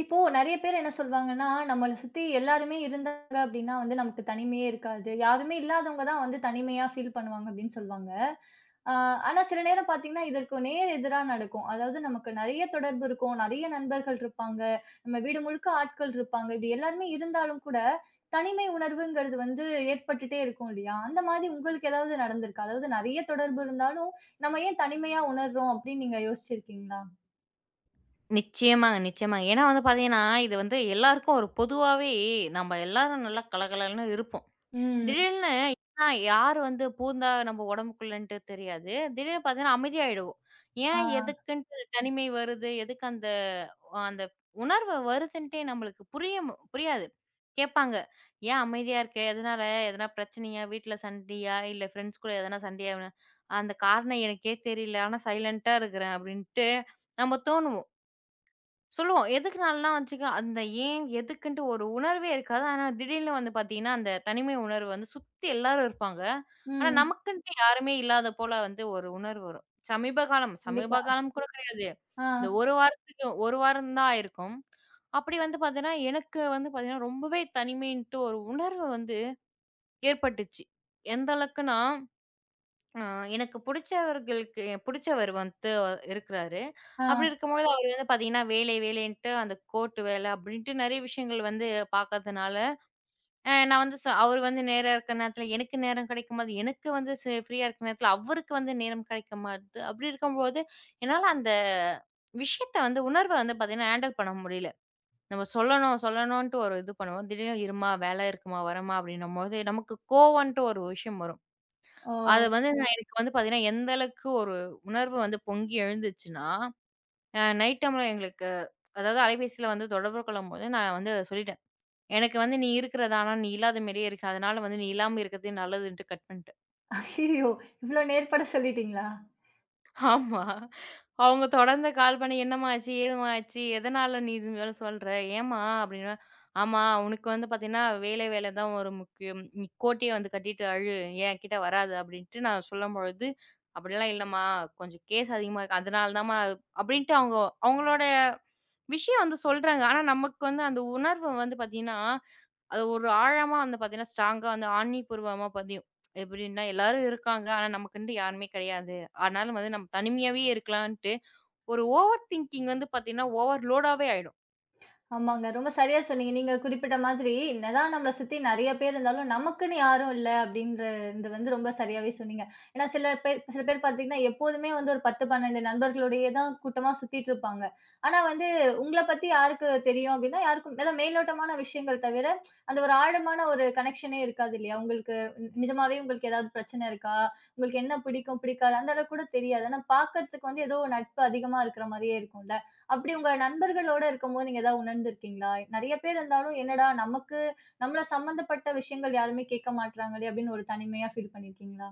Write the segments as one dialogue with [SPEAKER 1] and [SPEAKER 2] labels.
[SPEAKER 1] இப்போ நெறைய பேர் என்ன சொல்வாங்கன்னா, நம்மள சுத்தி எல்லாருமே இருந்தாங்க அப்டின்னா வந்து நமக்கு தனிமையே இருக்காது. யாருமே இல்லாதவங்க தான் வந்து தனிமையா ஃபீல் பண்ணுவாங்க அப்டின்னு சொல்வாங்க. ஆ. ஆனா சில நேரம் பார்த்தீங்கன்னா, இதற்கு நேர் எதிரா நடக்கும். அதாவது நமக்கு நெறைய தொடர்பு இருக்கும், நெறைய நண்பர்கள் இருப்பாங்க, நம்ம வீடு முழுக்க ஆட்கள் இருப்பாங்க. இப்டி எல்லாருமே இருந்தாலும் கூட, தனிமை உணர்வுங்கிறது வந்து ஏற்பட்டுட்டே இருக்கும் இல்லையா? அந்த மாதிரி உங்களுக்கு ஏதாவது நடந்திருக்கா? அதாவது நெறைய தொடர்பு இருந்தாலும், நம்ம ஏன் தனிமையா உணர்றோம் அப்டின்னு நீங்க யோசிச்சிருக்கீங்களா?
[SPEAKER 2] நிச்சயமாங்க, நிச்சயமாங்க. ஏன்னா வந்து பார்த்தீங்கன்னா, இது வந்து எல்லாருக்கும் ஒரு பொதுவாவே நம்ம எல்லாரும் நல்லா கலகலன்னு இருப்போம்.
[SPEAKER 1] ம்.
[SPEAKER 2] திடீர்னு ஏன்னா யார் வந்து பூந்தா நம்ம உடம்புக்குள்ளன்ட்டு தெரியாது. திடீர்னு பார்த்தீங்கன்னா அமைதியாயிடுவோம்.
[SPEAKER 1] ஆ.
[SPEAKER 2] ஏன் எதுக்குன்ட்டு தனிமை வருது? எதுக்கு அந்த அந்த உணர்வு வருதுன்ட்டே நம்மளுக்கு புரியும் புரியாது. கேட்பாங்க, "ஏன் அமைதியா இருக்க? எதனால? எதனா பிரச்சனையா? வீட்ல சண்டையா? இல்ல ஃப்ரெண்ட்ஸ் கூட எதனா சண்டையா?" அந்த காரணம் எனக்கே தெரியல. ஆனா சைலன்ட்டா இருக்கிறேன் அப்படின்ட்டு நம்ம தோணுவோம். சொல்லுவோம். எதுக்குனாலலாம் வச்சுக்க அந்த ஏன், எதுக்குன்ட்டு ஒரு உணர்வே இருக்காது. ஆனா திடீர்னு வந்து பார்த்தீங்கன்னா, அந்த தனிமை உணர்வு வந்து சுத்தி எல்லாரும் இருப்பாங்க. ஆனா
[SPEAKER 1] ம்.
[SPEAKER 2] நமக்குன்ட்டு யாருமே இல்லாத போல வந்து ஒரு உணர்வு வரும். சமீப காலம் சமீப
[SPEAKER 1] கண்டிப்பா.
[SPEAKER 2] காலம் கூட கிடையாது. இந்த
[SPEAKER 1] ஆ,
[SPEAKER 2] 1 வாரத்துக்கு 1 வாரம் தான் ஆயிருக்கும். அப்படி வந்து பார்த்தீங்கன்னா, எனக்கு வந்து பார்த்தீங்கன்னா ரொம்பவே தனிமைன்ட்டு ஒரு உணர்வு வந்து ஏற்பட்டுச்சு. எந்த அளவுக்குன்னா ஆ எனக்கு புடிச்சவர்களுக்கு புடிச்சவர் வந்து இருக்கிறாரு. அப்படி
[SPEAKER 1] ஆ.
[SPEAKER 2] இருக்கும்போது அவரு வந்து பார்த்தீங்கன்னா, வேலை வேலைன்ட்டு அந்த கோர்ட் வேலை அப்படின்ட்டு நெறைய விஷயங்கள் வந்து பார்க்கறதுனால, அ நான் வந்து சொ அவரு வந்து நேரம் இருக்கிற நேரத்தில எனக்கு நேரம் கிடைக்கும்போது, எனக்கு வந்து ஃப்ரீயா இருக்கிற நேரத்தில அவருக்கு வந்து நேரம் கிடைக்க மாட்டுது. அப்படி இருக்கும்போது, என்னால அந்த விஷயத்த வந்து உணர்வ வந்து பார்த்தீங்கன்னா, ஹேண்டில் பண்ண முடியல. நம்ம சொல்லணும் சொல்லணுன்ட்டு ஒரு இது பண்ணுவோம். திடீர்னு இருமா, வேலை இருக்குமா, வரேம்மா அப்படின்னும்போது, நமக்கு கோவன்ட்டு ஒரு விஷயம் வரும். அது
[SPEAKER 1] ஓ!
[SPEAKER 2] வந்து நான் எனக்கு வந்து பார்த்தீங்கன்னா, எந்த அளவுக்கு ஒரு உணர்வு வந்து பொங்கி எழுந்துச்சுன்னா, நைட் டைம்ல எங்களுக்கு அதாவது அலைபேசியில வந்து தொடர்பு கொள்ளும்போது நான் வந்து சொல்லிட்டேன். எனக்கு வந்து நீ இருக்கிறது ஆனா, நீ இல்லாத மாரியே இருக்கு. அதனால வந்து நீ இல்லாம இருக்கிறதே நல்லதுன்ட்டு கட் பண்
[SPEAKER 1] ஐயய்யோ! இவ்ளோ நேர்பட சொல்லிட்டீங்களா?
[SPEAKER 2] ஆமா. அவங்க தொடர்ந்து கால் பண்ணி, "என்னம்மா ஆச்சு? ஏதும்மா ஆச்சு? எதனால நீ இது மாரி சொல்ற? ஏம்மா?" அப்படின்னா, "ஆமா, உனக்கு வந்து பாத்தீங்கன்னா, வேலை வேலை தான் ஒரு முக்கியம். நீ கோட்டைய வந்து கட்டிட்டு அழு. என்கிட்ட வராத." அப்படின்ட்டு நான் சொல்லும்பொழுது, "அப்படிலாம் இல்லம்மா. கொஞ்சம் கேஸ் அதிகமா இருக்கு. அதனால தாம்மா" அப்படின்ட்டு அவங்களோட விஷயம் வந்து சொல்றாங்க. ஆனா, நமக்கு வந்து அந்த உணர்வு வந்து பாத்தீங்கன்னா அது ஒரு ஆழமா வந்து பார்த்தீங்கன்னா, ஸ்ட்ராங்கா வந்து ஆணிபூர்வமா பதியும். எப்படின்னா, எல்லாரும் இருக்காங்க. ஆனா, நமக்குன்ட்டு யாருமே கிடையாது. ஆனாலும் வந்து நம்ம தனிமையாவே இருக்கலான்ட்டு, ஒரு ஓவர் திங்கிங் வந்து பார்த்தீங்கன்னா, ஓவர் லோடாவே ஆயிடும்.
[SPEAKER 1] ஆமாங்க. ரொம்ப சரியா சொன்னீங்க. நீங்க குறிப்பிட்ட மாதிரி, என்னதான் நம்மள சுத்தி நெறைய பேர் இருந்தாலும், நமக்குன்னு யாரும் இல்ல அப்படின்றது வந்து ரொம்ப சரியாவே சொன்னீங்க. ஏன்னா சில பேர் சில பேர் பார்த்தீங்கன்னா, எப்போதுமே வந்து ஒரு 10, 12 நண்பர்களோடையே தான் கூட்டமா சுத்திட்டு இருப்பாங்க. ஆனா வந்து உங்கள பத்தி யாருக்கு தெரியும் அப்படின்னா, யாருக்கும் அதான் மேலோட்டமான விஷயங்கள் தவிர, அந்த ஒரு ஆழமான ஒரு கனெக்ஷனே இருக்காது இல்லையா? உங்களுக்கு நிஜமாவே உங்களுக்கு ஏதாவது பிரச்சனை இருக்கா? உங்களுக்கு என்ன பிடிக்கும், பிடிக்காது அந்த அளவுக்கு கூட தெரியாது. ஆனா பார்க்கறதுக்கு வந்து ஏதோ ஒரு நட்பு அதிகமா இருக்கிற மாரியே இருக்கும்ல. அப்படி உங்க நண்பர்களோட இருக்கும்போது நீங்க ஏதாவது உணர்ந்திருக்கீங்களா? நெறைய பேர் இருந்தாலும், "என்னடா நமக்கு நம்மள சம்மந்தப்பட்ட விஷயங்கள் யாருமே கேட்க மாட்றாங்களே!" அப்படின்னு ஒரு தனிமையா ஃபீல் பண்ணியிருக்கீங்களா?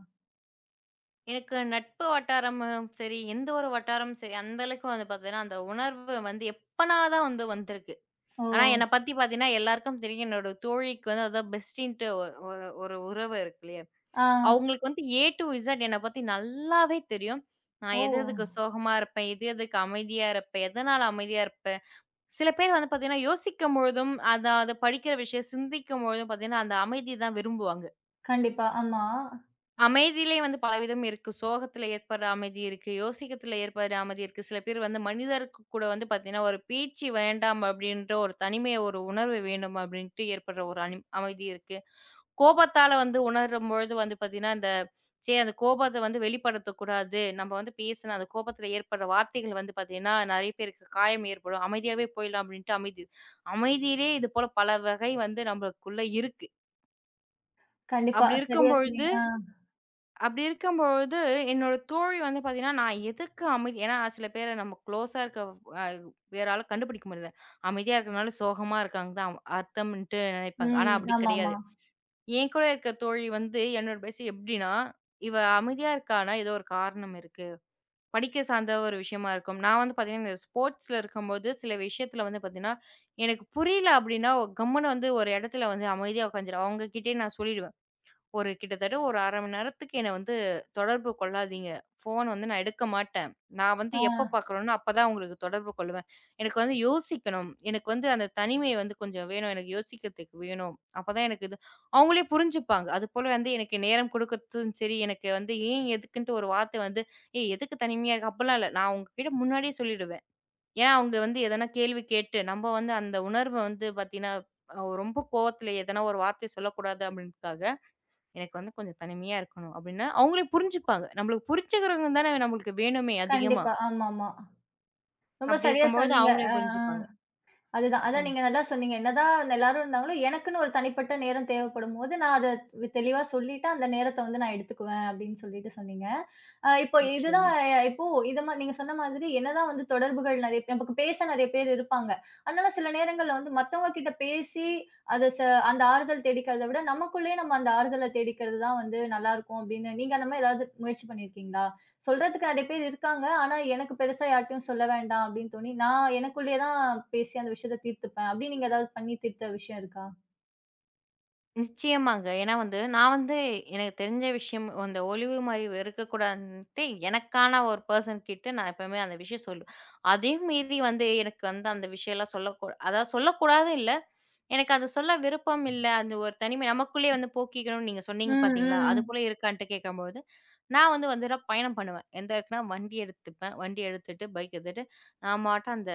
[SPEAKER 2] எனக்கு நட்பு வட்டாரமும் சரி, எந்த ஒரு வட்டாரமும் சரி, அந்த அளவுக்கு வந்து பார்த்தீங்கன்னா, அந்த உணர்வு வந்து எப்பனா தான் வந்து வந்திருக்கு.
[SPEAKER 1] ஓ!
[SPEAKER 2] ஆனா, என்னை பத்தி பார்த்தீங்கன்னா, எல்லாருக்கும் தெரியும். என்னோட தோழிக்கு வந்து அதான் பெஸ்டின்ட்டு ஒரு ஒரு ஒரு உறவு இருக்கு இல்லையா?
[SPEAKER 1] ஆ.
[SPEAKER 2] அவங்களுக்கு வந்து ஏ டூ இசட் என்ன பத்தி நல்லாவே தெரியும். நான்
[SPEAKER 1] ஓ!
[SPEAKER 2] எது எதுக்கு சோகமா இருப்பேன், எது எதுக்கு அமைதியா இருப்பேன், எதனால அமைதியா இருப்பேன். சில பேர் வந்து பார்த்தீங்கன்னா, யோசிக்கும் பொழுதும், அத அத படிக்கிற விஷயம் சிந்திக்கும் பொழுதும் பார்த்தீங்கன்னா, அந்த அமைதி தான் விரும்புவாங்க.
[SPEAKER 1] கண்டிப்பா. ஆமா.
[SPEAKER 2] அமைதியிலே வந்து பலவிதம் இருக்கு. சோகத்துல ஏற்படுற அமைதி இருக்கு. யோசிக்கத்துல ஏற்படுற அமைதி இருக்கு. சில பேர் வந்து மனிதருக்கு கூட வந்து பாத்தீங்கன்னா, ஒரு பேச்சு வேண்டாம் அப்படின்ற ஒரு தனிமைய ஒரு உணர்வு வேண்டும் அப்படின்ட்டு ஏற்படுற ஒரு அமைதி இருக்கு. கோபத்தால வந்து உணரும்பொழுது வந்து பாத்தீங்கன்னா, இந்த சரி அந்த கோபத்த வந்து வெளிப்படுத்தக்கூடாது. நம்ம வந்து பேசின அந்த கோபத்துல ஏற்படுற வார்த்தைகள் வந்து பாத்தீங்கன்னா, நெறைய பேருக்கு காயம் ஏற்படும். அமைதியாவே போயிடலாம் அப்படின்ட்டு அமைதியிலே இது போல பல வகை வந்து நம்மளுக்குள்ள இருக்கு.
[SPEAKER 1] கண்டிப்பா.
[SPEAKER 2] அப்படி
[SPEAKER 1] சரியா
[SPEAKER 2] இருக்கும்பொழுது
[SPEAKER 1] சொன்னீங்க. ஆ.
[SPEAKER 2] அப்படி இருக்கும்பொழுது, என்னோட தோழி வந்து பாத்தீங்கன்னா, நான் எதுக்கு அமைதி ஏன்னா சில பேர நம்ம குளோஸா இருக்க அ வேற ஆள கண்டுபிடிக்க முடியல. அமைதியா இருக்கறனால சோகமா இருக்காங்க தான் அர்த்தம்ன்ட்டு நெனைப்பாங்க. ஆனா
[SPEAKER 1] ம்.
[SPEAKER 2] அப்படி
[SPEAKER 1] ஆமாமா.
[SPEAKER 2] கிடையாது. என் கூட இருக்க தோழி வந்து என்னோட பேச்சு எப்படின்னா, "இவ அமைதியா இருக்கான்னா, ஏதோ ஒரு காரணம் இருக்கு. படிக்க சார்ந்த ஒரு விஷயமா இருக்கும்." நான் வந்து பாத்தீங்கன்னா, இந்த ஸ்போர்ட்ஸ்ல இருக்கும்போது சில விஷயத்துல வந்து பாத்தீங்கன்னா, எனக்கு புரியல அப்படின்னா, கம்முனு வந்து ஒரு இடத்துல வந்து அமைதியா உட்காந்துருவேன். அவங்க கிட்டயே நான் சொல்லிடுவேன். ஒரு கிட்டத்தட்ட ஒரு 1/2 மணி நேரத்துக்கு என்ன வந்து தொடர்பு கொள்ளாதீங்க. ஃபோன் வந்து நான் எடுக்க மாட்டேன். நான் வந்து
[SPEAKER 1] ஆ.
[SPEAKER 2] எப்ப பார்க்குறேனோ அப்பதான் உங்களுக்கு தொடர்பு கொள்ளுவேன். எனக்கு வந்து யோசிக்கணும். எனக்கு வந்து அந்த தனிமை வந்து கொஞ்சம் வேணும். எனக்கு யோசிக்கிறதுக்கு வேணும். அப்பதான் எனக்கு இது அவங்களே புரிஞ்சுப்பாங்க. அதுபோல வந்து எனக்கு நேரம் கொடுக்கறதும் சரி, எனக்கு வந்து ஏன் எதுக்குன்ட்டு ஒரு வார்த்தை வந்து, "ஏய் எதுக்கு தனிமையா இருக்க?" அப்பலாம் இல்ல. நான் அவங்ககிட்ட முன்னாடியே சொல்லிடுவேன். ஏன்னா அவங்க வந்து எதனா கேள்வி கேட்டு நம்ம வந்து அந்த உணர்வ வந்து பார்த்தீங்கன்னா, ரொம்ப கோவத்துல எதனா ஒரு வார்த்தை சொல்லக்கூடாது அப்படின்றதுக்காக எனக்கு வந்து கொஞ்சம் தனிமையா இருக்கணும் அப்படின்னா, அவங்களே புரிஞ்சுப்பாங்க. நம்மளுக்கு புரிஞ்சுக்கிறவங்க தானே நம்மளுக்கு வேணுமே அதிகமா.
[SPEAKER 1] கண்டிப்பா. ஆமாமா. ரொம்ப
[SPEAKER 2] அப்படி
[SPEAKER 1] சரியா
[SPEAKER 2] இருக்கும்பொழுது
[SPEAKER 1] சொன்னீங்க.
[SPEAKER 2] அவங்களே
[SPEAKER 1] ஆ, ஆ.
[SPEAKER 2] புரிஞ்சுப்பாங்க.
[SPEAKER 1] அதுதான். அதான்
[SPEAKER 2] ம்.
[SPEAKER 1] நீங்க நல்லா சொன்னீங்க. என்னதான் அந்த எல்லாரும் இருந்தாங்களோ, எனக்குன்னு ஒரு தனிப்பட்ட நேரம் தேவைப்படும்போது, நான் அத தெளிவா சொல்லிட்டு, அந்த நேரத்த வந்து நான் எடுத்துக்குவேன் அப்படின்னு சொல்லிட்டு சொன்னீங்க. இப்போ இதுதான்.
[SPEAKER 2] நிச்சயமா.
[SPEAKER 1] இப்போ இத மா நீங்க சொன்ன மாதிரி என்னதான் வந்து தொடர்புகள் நெறைய பேர் நமக்கு பேச நெறைய பேர் இருப்பாங்க. அதனால சில நேரங்கள்ல வந்து மத்தவங்க கிட்ட பேசி, அத அந்த ஆறுதல் தேடிக்கிறத விட, நமக்குள்ளேயே நம்ம அந்த ஆறுதல தேடிக்கிறது தான் வந்து நல்லாருக்கும் அப்படின்னு, நீங்க அந்த மாரி ஏதாவது முயற்சி பண்ணியிருக்கீங்களா? சொல்றதுக்கு நெறைய பேர் இருக்காங்க. ஆனா, எனக்கு பெருசா யார்ட்டயும் சொல்ல வேண்டாம் அப்படின்னு தோணி, நான் எனக்குள்ளேயே தான் பேசி அந்த விஷயத்த தீர்த்துப்பேன். அப்படி நீங்க ஏதாவது பண்ணி தீர்த்த விஷயம் இருக்கா?
[SPEAKER 2] நிச்சயமாங்க. ஏன்னா வந்து நான் வந்து எனக்கு தெரிஞ்ச விஷயம் அந்த ஒளிவு மறைவு இருக்கக்கூடாதுன்ட்டு எனக்கான ஒரு பெர்சன் கிட்ட நான் எப்பவுமே அந்த விஷயம் சொல்லுவேன். அதையும் மீறி வந்து எனக்கு வந்து அந்த விஷயம்லாம் சொல்லக்கூ அதாவது சொல்லக்கூடாது இல்ல. எனக்கு அது சொல்ல விருப்பம் இல்ல. அந்த ஒரு தனிமை நமக்குள்ளேயே வந்து போக்கிக்கணும்னு நீங்க சொன்னீங்க
[SPEAKER 1] ம்,
[SPEAKER 2] பார்த்தீங்களா? அதுபோல
[SPEAKER 1] ம்,
[SPEAKER 2] இருக்கான்ட்டு கேட்கும்போது, நான் வந்து வந்துட பயணம் பண்ணுவேன். எந்த இடத்துக்குனா வண்டி எடுத்துப்பேன். வண்டி எடுத்துட்டு, பைக் எடுத்துட்டு, நான் பாட்டு அந்த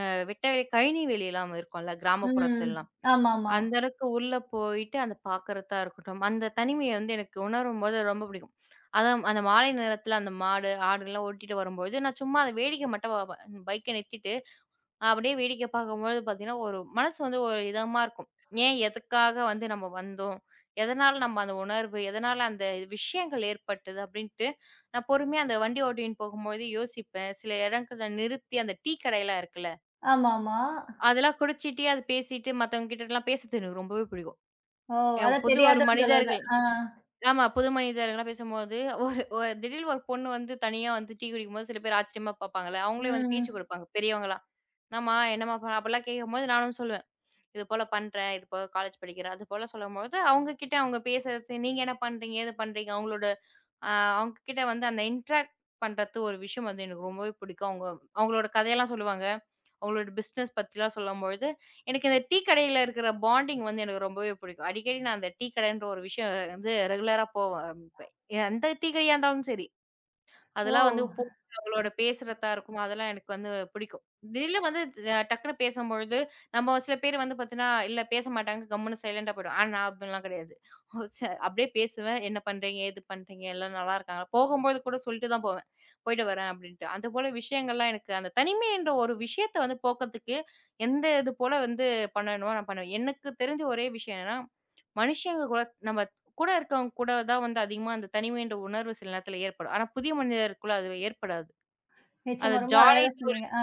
[SPEAKER 2] வெட்டவெளி கழனி வெளிலாம் இருக்கும்ல
[SPEAKER 1] ம்.
[SPEAKER 2] கிராமப்புறத்துலலாம்.
[SPEAKER 1] ஆமாமா.
[SPEAKER 2] அந்த அளவுக்கு உள்ள போயிட்டு, அந்த பார்க்கறதா இருக்கட்டும், அந்த தனிமைய வந்து எனக்கு உணரும்போது ரொம்ப பிடிக்கும். அதுவும் அந்த மாலை நேரத்தில அந்த மாடு, ஆடுலாம் ஓட்டிட்டு வரும்போது, நான் சும்மா அத வேடிக்கை மட்டும் பாப்பேன். பைக்க நிறுத்திட்டு அப்படியே வேடிக்கை பார்க்கும்பொழுது பார்த்தீங்கன்னா, ஒரு மனசு வந்து ஒரு இதமா இருக்கும். ஏன் எதுக்காக வந்து நம்ம வந்தோம்? எதனால நம்ம அந்த உணர்வு, எதனால அந்த விஷயங்கள் ஏற்பட்டது அப்படின்ட்டு, நான் பொறுமையா அந்த வண்டி ஓட்டின்னு போகும்போது யோசிப்பேன். சில இடங்கள்ல நிறுத்தி அந்த டீ கடையெல்லாம் இருக்குல்ல,
[SPEAKER 1] ஆமாமா.
[SPEAKER 2] அதெல்லாம் குடிச்சிட்டே அது பேசிட்டு மத்தவங்க கிட்டலாம் பேசுறது எனக்கு ரொம்பவே பிடிக்கும்.
[SPEAKER 1] ஓ! அதான்
[SPEAKER 2] புது ஒரு
[SPEAKER 1] தெரியாதவர்களோட.
[SPEAKER 2] மனிதர்கள்
[SPEAKER 1] ஆ.
[SPEAKER 2] ஆமா. புது மனிதர்கள்லாம் பேசும்போது ஒரு ஒ திடீர்னு ஒரு பொண்ணு வந்து தனியா வந்து டீ குடிக்கும்போது சில பேர் ஆச்சரியமா பார்ப்பாங்கல்ல, அவங்களே வந்து பேச்சு
[SPEAKER 1] ம்.
[SPEAKER 2] குடுப்பாங்க பெரியவங்கலாம். "என்னம்மா, என்னம்மா?" அப்பலாம் கேட்கும்போது நானும் சொல்லுவேன். இது போல பண்றேன். இது போல காலேஜ் படிக்கிறேன். அது போல சொல்லும்போது, அவங்க கிட்ட அவங்க பேசுறது, நீங்க என்ன பண்றீங்க? ஏது பண்றீங்க? அவங்களோட அ அவங்க கிட்ட வந்து அந்த இன்ட்ராக்ட் பண்றது ஒரு விஷயம் வந்து எனக்கு ரொம்பவே பிடிக்கும். அவங்க அவங்களோட கதையெல்லாம் சொல்லுவாங்க. அவங்களோட பிசினஸ் பத்திலாம் சொல்லும்பொழுது, எனக்கு இந்த டீ கடையில இருக்கிற பாண்டிங் வந்து எனக்கு ரொம்பவே பிடிக்கும். அடிக்கடி நான் அந்த டீ கடைன்ற ஒரு விஷயம் வந்து ரெகுலரா போவேன். இப்ப எந்த டீ கடையா இருந்தாலும் சரி.
[SPEAKER 1] ஓ!
[SPEAKER 2] அதெல்லாம் வந்து போ அவளோட பேசுறதா இருக்கும். அதெல்லாம் எனக்கு வந்து பிடிக்கும். திடீர்னு வந்து டக்குனு பேசும்பொழுது, நம்ம சில பேர் வந்து பார்த்தீங்கன்னா, இல்ல பேச மாட்டாங்க. கம்முனு சைலன்ட்டா போயிடுவோம். ஆனா நான் அப்படிலாம் கிடையாது. ச அப்படியே பேசுவேன். என்ன பண்றீங்க? ஏது பண்றீங்க? எல்லாரும் நல்லா இருக்காங்களா? போகும்போது கூட சொல்லிட்டு தான் போவேன். போயிட்டு வரேன் அப்படின்ட்டு. அது போல விஷயங்கள்லாம் எனக்கு அந்த தனிமைன்ற ஒரு விஷயத்த வந்து போக்கறதுக்கு, எந்த இது போல வந்து பண்ணணுமோ நான் பண்ணுவேன். எனக்கு தெரிஞ்ச ஒரே விஷயம் என்னன்னா, மனுஷங்க கூட நம்ம கூட இருக்கவங்க கூட தான் வந்து அதிகமா அந்த தனிமைன்ற உணர்வு சில நேரத்துல ஏற்படும். ஆனா புதிய மனிதருக்குள்ள அது ஏற்படாது. அது
[SPEAKER 1] நிச்சயமா. ரொம்ப அழகா
[SPEAKER 2] ஜாலின்ட்டு ஒரு
[SPEAKER 1] சொன்னீங்க. ஆ.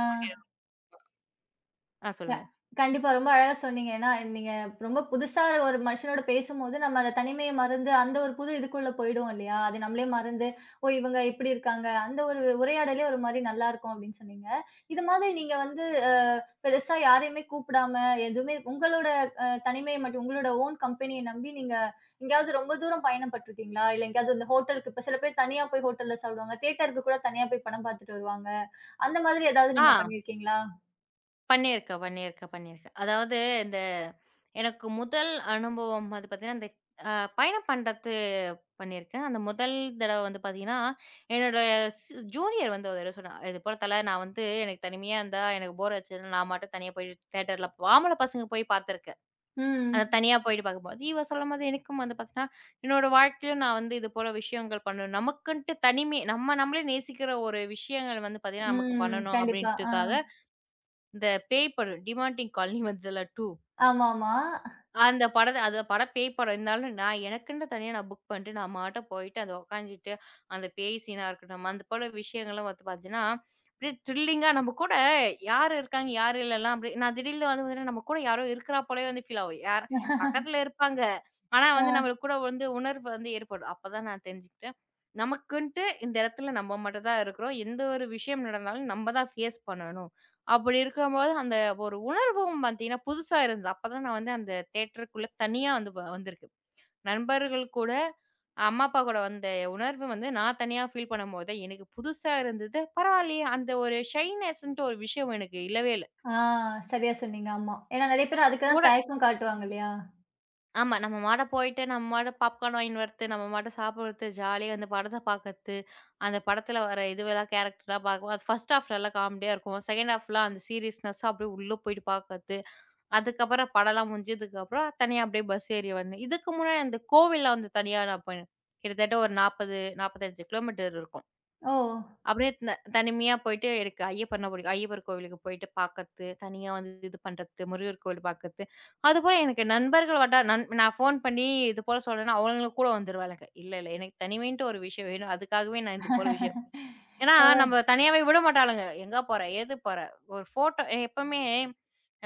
[SPEAKER 2] ஆ
[SPEAKER 1] க
[SPEAKER 2] சொல்லுங்க.
[SPEAKER 1] கண்டிப்பா. ரொம்ப அழகா சொன்னீங்க. ஏன்னா, நீங்க ரொம்ப புதுசா ஒரு மனுஷனோட பேசும்போது, நம்ம அந்த தனிமைய மறந்து, அந்த ஒரு புது இதுக்குள்ள போயிடுவோம் இல்லையா? அது நம்மளே மறந்து, "ஓ! இவங்க இப்படி இருக்காங்க." அந்த ஒரு உரையாடலே ஒரு மாரி நல்லாருக்கும் அப்படின்னு சொன்னீங்க. இது மாதிரி நீங்க வந்து பெருசா யாரையுமே கூப்பிடாம, எதுவுமே உங்களோட தனிமைய மட்டும் உங்களோட ஓன் கம்பெனிய நம்பி நீங்க எங்கேயாவது ரொம்ப தூரம் பயணப்பட்டுருக்கீங்களா? இல்ல எங்கேயாவது இந்த ஹோட்டலுக்கு இப்ப சில பேர் தனியா போய் ஹோட்டல்ல சாப்பிடுவாங்க. தியேட்டருக்கு கூட தனியா போய் படம் பார்த்துட்டு வருவாங்க. அந்த மாதிரி ஏதாவது
[SPEAKER 2] ஆ
[SPEAKER 1] நீங்க பண்ணியிருக்கீங்களா?
[SPEAKER 2] பண்ணியிருக்கேன், பண்ணியிருக்கேன், பண்ணியிருக்கேன். அதாவது இந்த எனக்கு முதல் அனுபவம் வந்து பார்த்தீங்கன்னா, இந்த அ பயணம் பண்றது பண்ணியிருக்கேன். அந்த முதல் தடவ வந்து பார்த்தீங்கன்னா, என்னோட ஸ் ஜூனியர் வந்து ஒரு தடவ சொன்னா, "இது போல தல நான் வந்து எனக்கு தனிமையா இருந்தா எனக்கு போர் அடிச்சதுன்னா நான் மட்டும் தனியா போய் தியேட்டர்ல" ஆம்பள பசங்க போய் பார்த்துருக்கேன். அத
[SPEAKER 1] ம்.
[SPEAKER 2] தனியா போயிட்டு பார்க்கும்போது, இவ சொல்லும்போது எனக்கும் வந்து பார்த்தீங்கன்னா, என்னோட வாழ்க்கையிலும் நான் வந்து இது போல விஷயங்கள் பண்ணணும். நமக்குன்ட்டு தனிமை நம்ம நம்மளே நேசிக்கிற ஒரு விஷயங்கள் வந்து பார்த்தீங்கன்னா, நமக்கு
[SPEAKER 1] ம்.
[SPEAKER 2] பண்ணணும்
[SPEAKER 1] கண்டிப்பா. ஆ.
[SPEAKER 2] அப்படின்ட்டுக்காக, இந்த பேய் படம் டிமான்டிங் காலனி வந்ததுல 2
[SPEAKER 1] ஆமாமா.
[SPEAKER 2] அந்த படத்த அந்த படம் பேய் படம் இருந்தாலும், நான் எனக்குன்னு தனியா நான் புக் பண்ணிட்டு, நான் பாட்டுக்கு போயிட்டு அத உட்காந்துட்டு, அந்த பேய் சீனா இருக்கட்டும், அந்த போல விஷயங்கள்லாம் வந்து பார்த்தீங்கன்னா, அப்படியே த்ரில்லிங்கா நம்ம கூட யார் இருக்காங்க, யார் இல்லலாம் அப்படி நான் திடீர்னு வந்து பார்த்தீங்கன்னா, நம்ம கூட யாரோ இருக்கிறா போலவே வந்து ஃபீல் ஆகும். யார் பக்கத்துல இருப்பாங்க. ஆனா
[SPEAKER 1] ஆ,
[SPEAKER 2] வந்து நம்மளுக்கு கூட வந்து உணர்வு வந்து ஏற்படும். அப்பதான் நான் தெரிஞ்சுக்கிட்டேன். நமக்குன்ட்டு இந்த இடத்துல நம்ம மட்டும் தான் இருக்கிறோம். எந்த ஒரு விஷயம் நடந்தாலும் நம்ம தான் ஃபேஸ் பண்ணணும். அப்படி இருக்கும்போது, அந்த ஒரு உணர்வும் பார்த்தீங்கன்னா, புதுசா இருந்தது. அப்பதான் நான் வந்து அந்த தியேட்டருக்குள்ள தனியா வந்து வந்திருக்கு. நண்பர்கள் கூட, அம்மா, அப்பா கூட வந்த உணர்வு வந்து நான் தனியா ஃபீல் பண்ணும்போது, எனக்கு புதுசா இருந்தது. பரவாயில்லையே, அந்த ஒரு ஷைனஸ்ன்ட்டு ஒரு விஷயம் எனக்கு இல்லவே இல்ல.
[SPEAKER 1] ஆ. சரியா சொன்னீங்க. ஆமா. ஏன்னா நெறைய பேர் அதுக்கு தான்
[SPEAKER 2] கூட
[SPEAKER 1] தயக்கம் காட்டுவாங்க இல்லையா?
[SPEAKER 2] ஆமா. நம்ம மாட்ட போயிட்டு, நம்ம மாட்ட பாப்கார்ன் வாங்கின்னு வரது, நம்ம மாட்ட சாப்பிடுறது, ஜாலியா அந்த படத்த பார்க்கறது, அந்த படத்துல வர இதுவெல்லாம் கேரக்டர்லாம் பார்க்கவும், அது ஃபர்ஸ்ட் ஹாஃப்லலாம் காமெடியா இருக்கும். செகண்ட் ஹாஃப்லாம் அந்த சீரியஸ்னஸ்ஸா அப்படியே உள்ள போயிட்டு பார்க்கறது. அதுக்கப்புறம் படம்லாம் முடிஞ்சதுக்கப்புறம் தனியா அப்படியே பஸ் ஏறி வந்தேன். இதுக்கு முன்னாடி அந்த கோவில்ல வந்து தனியா நான் போனேன். கிட்டத்தட்ட ஒரு 40, 45 கிலோமீட்டர் இருக்கும்.
[SPEAKER 1] ஓ!
[SPEAKER 2] அப்படியே தனிமையா போயிட்டு எனக்கு ஐயப்பன்னா பிடிக்கும். ஐயப்பர் கோவிலுக்கு போயிட்டு பார்க்கறது, தனியா வந்து இது பண்றது, முருகர் கோவில் பார்க்கறது. அதுபோல எனக்கு நண்பர்கள் வட்டார நான் ஃபோன் பண்ணி இது போல சொல்றேன்னா, அவங்களும் கூட வந்துருவாளுங்க. இல்ல, இல்ல எனக்கு தனிமைன்ட்டு ஒரு விஷயம் வேணும். அதுக்காகவே நான் இது போல விஷயம் ஏன்னா,
[SPEAKER 1] ஓ!
[SPEAKER 2] நம்ம தனியாவே விட மாட்டாளுங்க. எங்க போற? ஏது போற? ஒரு ஃபோட்டோ எப்பவுமே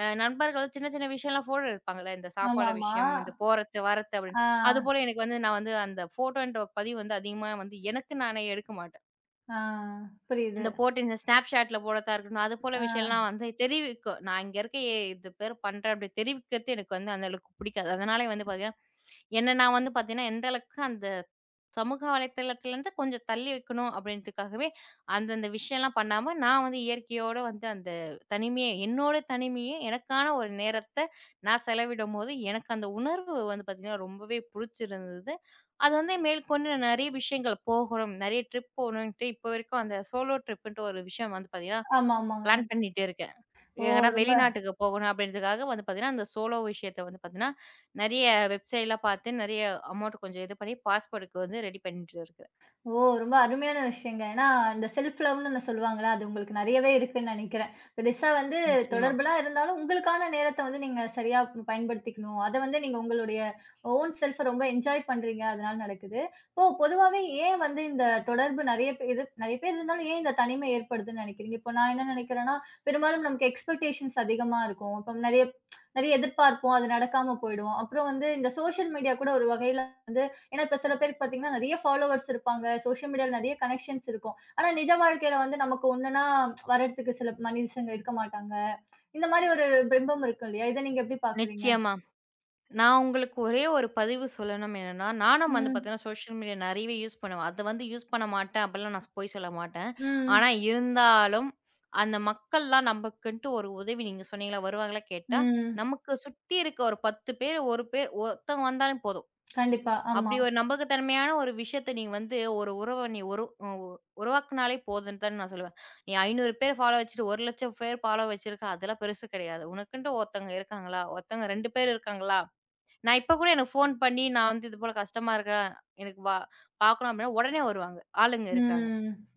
[SPEAKER 2] நண்பர்கள் சின்ன சின்ன விஷயம்லாம் ஃபோட்டோ எடுப்பாங்கல்ல. இந்த சாப்பாடு
[SPEAKER 1] ஆமாமா.
[SPEAKER 2] விஷயம், இந்த போறது, வரது அப்படின்னு.
[SPEAKER 1] ஆ,
[SPEAKER 2] அதுபோல எனக்கு வந்து நான் வந்து அந்த ஃபோட்டோன்ற பதிவு வந்து அதிகமா வந்து எனக்கு நானே எடுக்க மாட்டேன்.
[SPEAKER 1] ஆ. புரியுது.
[SPEAKER 2] இந்த போட்டு இந்த Snapchatல போடுறதா இருக்கட்டும், அதுபோல விஷயம்லாம்
[SPEAKER 1] ஆ.
[SPEAKER 2] வந்து தெரிவிக்கும். நான் இங்க இருக்கேன், இது பேர் பண்றேன் அப்படி தெரிவிக்கிறது எனக்கு வந்து அந்த அளவுக்கு பிடிக்காது. அதனாலே வந்து பார்த்தீங்கன்னா என்ன நான் வந்து பார்த்தீங்கன்னா, எந்த அளவுக்கு அந்த சமூக வலைத்தளத்துலருந்து கொஞ்சம் தள்ளி வைக்கணும் அப்படின்றதுக்காகவே, அந்தந்த விஷயம்லாம் பண்ணாம, நான் வந்து இயற்கையோட வந்து அந்த தனிமைய என்னோட தனிமைய எனக்கான ஒரு நேரத்த நான் செலவிடும்போது, எனக்கு அந்த உணர்வு வந்து பார்த்தீங்கன்னா, ரொம்பவே புடிச்சிருந்தது. அது வந்து மேற்கொண்டு நான் நெறைய விஷயங்கள் போகணும், நெறைய ட்ரிப் போகணுன்ட்டு இப்போ வரைக்கும் அந்த சோலோ ட்ரிப்புன்ட்டு ஒரு விஷயம் வந்து பார்த்தீங்கன்னா,
[SPEAKER 1] ஆமா, ஆமாங்க.
[SPEAKER 2] பிளான் பண்ணிட்டே இருக்கேன்.
[SPEAKER 1] ஓ!
[SPEAKER 2] எங்கன்னா
[SPEAKER 1] ரொம்ப.
[SPEAKER 2] வெளிநாட்டுக்கு போகணும் அப்படின்றதுக்காக வந்து பார்த்தீங்கன்னா, அந்த சோலோ விஷயத்த வந்து பார்த்தீங்கன்னா, நெறைய வெப்சைட்லாம் பார்த்து நெறைய அமௌண்ட் கொஞ்சம் இது பண்ணி பாஸ்போர்ட்க்கு வந்து ரெடி பண்ணிட்டு இருக்கேன்.
[SPEAKER 1] ஓ! ரொம்ப அருமையான விஷயங்க. ஏன்னா, இந்த செல்ஃப் லவ்ன்னு சொல்லுவாங்கல்ல, அது உங்களுக்கு நெறையவே இருக்குன்னு நெனைக்கிறேன். பெருசா வந்து
[SPEAKER 2] நிச்சயமா.
[SPEAKER 1] தொடர்புலாம் இருந்தாலும், உங்களுக்கான நேரத்த வந்து நீங்க சரியா பயன்படுத்திக்கணும். அத வந்து நீங்க உங்களுடைய ஓன் செல்ஃப ரொம்ப என்ஜாய் பண்றீங்க, அதனால நடக்குது. இப்போ பொதுவாவே ஏன் வந்து இந்த தொடர்பு நெறைய பேரு நெறைய பேர் இருந்தாலும் ஏன் இந்த தனிமை ஏற்படுதுன்னு நெனைக்கிறீங்க? இப்போ நான் என்ன நெனைக்கிறேன்னா, பெரும்பாலும் நமக்கு எக்ஸ்பெக்டேஷன்ஸ் அதிகமா இருக்கும். இப்போ நெறைய நெறைய எதிர்பார்ப்போம், அது நடக்காம போயிடும். அப்புறம் வந்து இந்த சோஷியல் மீடியா கூட ஒரு வகையில வந்து ஏன்னா, இப்ப சில பேருக்கு பார்த்தீங்கன்னா, நெறைய ஃபாலோவர்ஸ் இருப்பாங்க. சோஷியல் மீடியால நெறைய கனெக்ஷன்ஸ் இருக்கும். ஆனா, நிஜ வாழ்க்கையில வந்து நமக்கு ஒண்ணுன்னா வரதுக்கு சில மனிஷங்க இருக்க மாட்டாங்க. இந்த மாரி ஒரு பிம்பம் இருக்கும் இல்லையா? இத நீங்க எப்படி பார்க்குறீங்க?
[SPEAKER 2] நிச்சயமா. நான் உங்களுக்கு ஒரே ஒரு பதிவு சொல்லணும் என்னன்னா, நானும் வந்து
[SPEAKER 1] ம்.
[SPEAKER 2] பார்த்தீங்கன்னா, சோஷியல் மீடியா நெறையவே யூஸ் பண்ணுவேன். அத வந்து யூஸ் பண்ண மாட்டேன் அப்படிலாம் நான் பொய் சொல்ல மாட்டேன். ஆனா
[SPEAKER 1] ம்.
[SPEAKER 2] இருந்தாலும், அந்த மக்கள்லாம் நமக்குன்ட்டு ஒரு உதவி நீங்க சொன்னீங்களா வருவாங்களா கேட்டா,
[SPEAKER 1] ம்.
[SPEAKER 2] நமக்கு சுத்தி இருக்க ஒரு 10 பேர், 1 பேர் ஒருத்தவங்க வந்தாலும் போதும்.
[SPEAKER 1] கண்டிப்பா. ஆமா.
[SPEAKER 2] அப்படி ஒரு நம்பகத்தன்மையான ஒரு விஷயத்த நீ வந்து ஒரு உறவ நீ ஒரு உருவாக்குனாலே போதுன்னு தான் நான் சொல்லுவேன். நீ 500 பேர் ஃபாலோ வச்சுட்டு 1,00,000 பேர் ஃபாலோ வச்சிருக்க, அதெல்லாம் பெருசு கிடையாது. உனக்குன்ட்டு ஒருத்தங்க இருக்காங்களா? ஒருத்தங்க 2 பேர் இருக்காங்களா? நான் இப்ப கூட எனக்கு ஃபோன் பண்ணி நான் வந்து இது போல கஷ்டமா இருக்கேன். எனக்கு பார்க்கணும் அப்படின்னா உடனே வருவாங்க. ஆளுங்க இருக்காங்க.
[SPEAKER 1] ம்.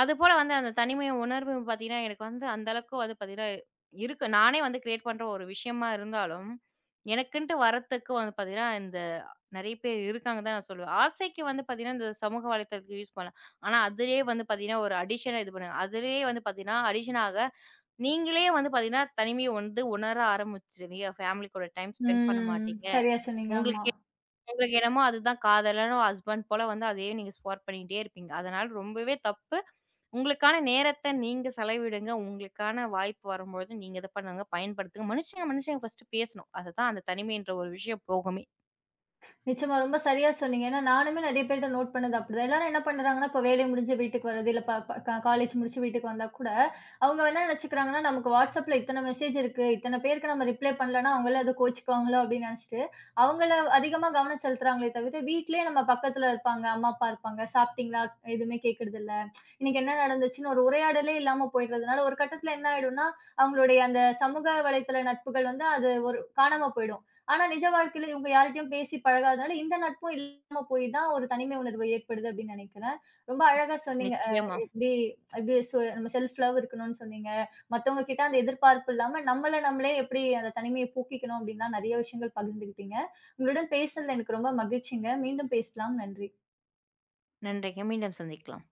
[SPEAKER 2] அதுபோல வந்து அந்த தனிமை உணர்வு பார்த்தீங்கன்னா, எனக்கு வந்து அந்த அளவுக்கு வந்து பார்த்தீங்கன்னா, இருக்கு. நானே வந்து கிரியேட் பண்ற ஒரு விஷயமா இருந்தாலும், எனக்குன்ட்டு வரத்துக்கு வந்து பார்த்தீங்கன்னா, இந்த நெறைய பேர் இருக்காங்க தான் நான் சொல்லுவேன். ஆசைக்கு வந்து பார்த்தீங்கன்னா, இந்த சமூக வலைத்தளத்த யூஸ் பண்ணலாம். ஆனா அதிலேயே வந்து பார்த்தீங்கன்னா, ஒரு அடிக்ஷனா இது பண்ணுங்க. அதிலேயே வந்து பார்த்தீங்கன்னா, அடிக்ஷன் ஆக நீங்களே வந்து பார்த்தீங்கன்னா, தனிமைய வந்து உணர ஆரம்பிச்சுருவீங்க. ஃபேமிலி கூட டைம் ஸ்பெண்ட் பண்ண
[SPEAKER 1] ம்.
[SPEAKER 2] மாட்டீங்க.
[SPEAKER 1] சரியா சொன்னீங்க. ஆமா.
[SPEAKER 2] உங்களுக்கு உங்களுக்கு என்னமோ அதுதான் காதலனோ ஹஸ்பண்ட் போல வந்து அதையே நீங்க ஸ்பார் பண்ணிக்கிட்டே இருப்பீங்க. அதனால ரொம்பவே தப்பு. உங்களுக்கான நேரத்த நீங்க செலவிடுங்க. உங்களுக்கான வாய்ப்பு வரும்பொழுது நீங்க இத பண்ணுங்க. பயன்படுத்துங்க. மனுஷங்க மனுஷங்க ஃபர்ஸ்ட்டு பேசணும். அதுதான் அந்த தனிமைன்ற ஒரு விஷயம் போகுமே.
[SPEAKER 1] நிச்சயமா. ரொம்ப சரியா சொன்னீங்க. ஏன்னா நானுமே நெறைய பேர்ட்ட நோட் பண்ணது அப்படிதான். எல்லாரும் என்ன பண்றாங்கன்னா, இப்போ வேலை முடிஞ்சு வீட்டுக்கு வர்றது, இல்ல ப ப க காலேஜ் முடிச்சு வீட்டுக்கு வந்தா கூட, அவங்க என்ன நெனச்சுக்கிறாங்கன்னா, நமக்கு WhatsAppல இத்தன மெசேஜ் இருக்கு, இத்தன பேருக்கு நம்ம ரிப்ளை பண்ணலன்னா, அவங்களே அது கோவிச்சுக்குவாங்களோ அப்படின்னு நெனச்சுட்டு, அவங்கள அதிகமா கவனம் செலுத்துறாங்களே தவிர, வீட்லயே நம்ம பக்கத்துல இருப்பாங்க, அம்மா, அப்பா இருப்பாங்க, சாப்பிட்டீங்களா? எதுவுமே கேட்கறதில்ல. இன்னைக்கு என்ன நடந்துச்சுன்னு ஒரு உரையாடலே இல்லாம போயிடுறதுனால, ஒரு கட்டத்துல என்ன ஆயிடும்னா, அவங்களுடைய அந்த சமூக வலைத்தள நட்புகள் வந்து அது ஒரு காணாம போயிடும். ஆனா நிஜ வாழ்க்கையில இவங்க யார்கிட்டயும் பேசி பழகாதனால, இந்த நட்பும் இல்லாம போய் தான் ஒரு தனிமை உணர்வு ஏற்படுது அப்படின்னு நினைக்கிறேன். ரொம்ப அழகா சொன்னீங்க.
[SPEAKER 2] நிச்சயமா.
[SPEAKER 1] எப்படி எப்படி நம்ம செல்ஃப் லவ் இருக்கணும்னு சொன்னீங்க. மத்தவங்க கிட்ட அந்த எதிர்பார்ப்பு இல்லாம நம்மள நம்மளே எப்படி அந்த தனிமைய போக்கிக்கணும் அப்படின்லாம் நெறைய விஷயங்கள் பகிர்ந்துக்கிட்டீங்க. உங்களுடன் பேசுனதுல எனக்கு ரொம்ப மகிழ்ச்சிங்க. மீண்டும் பேசலாம். நன்றி.
[SPEAKER 2] நன்றிங்க. மீண்டும் சந்திக்கலாம்.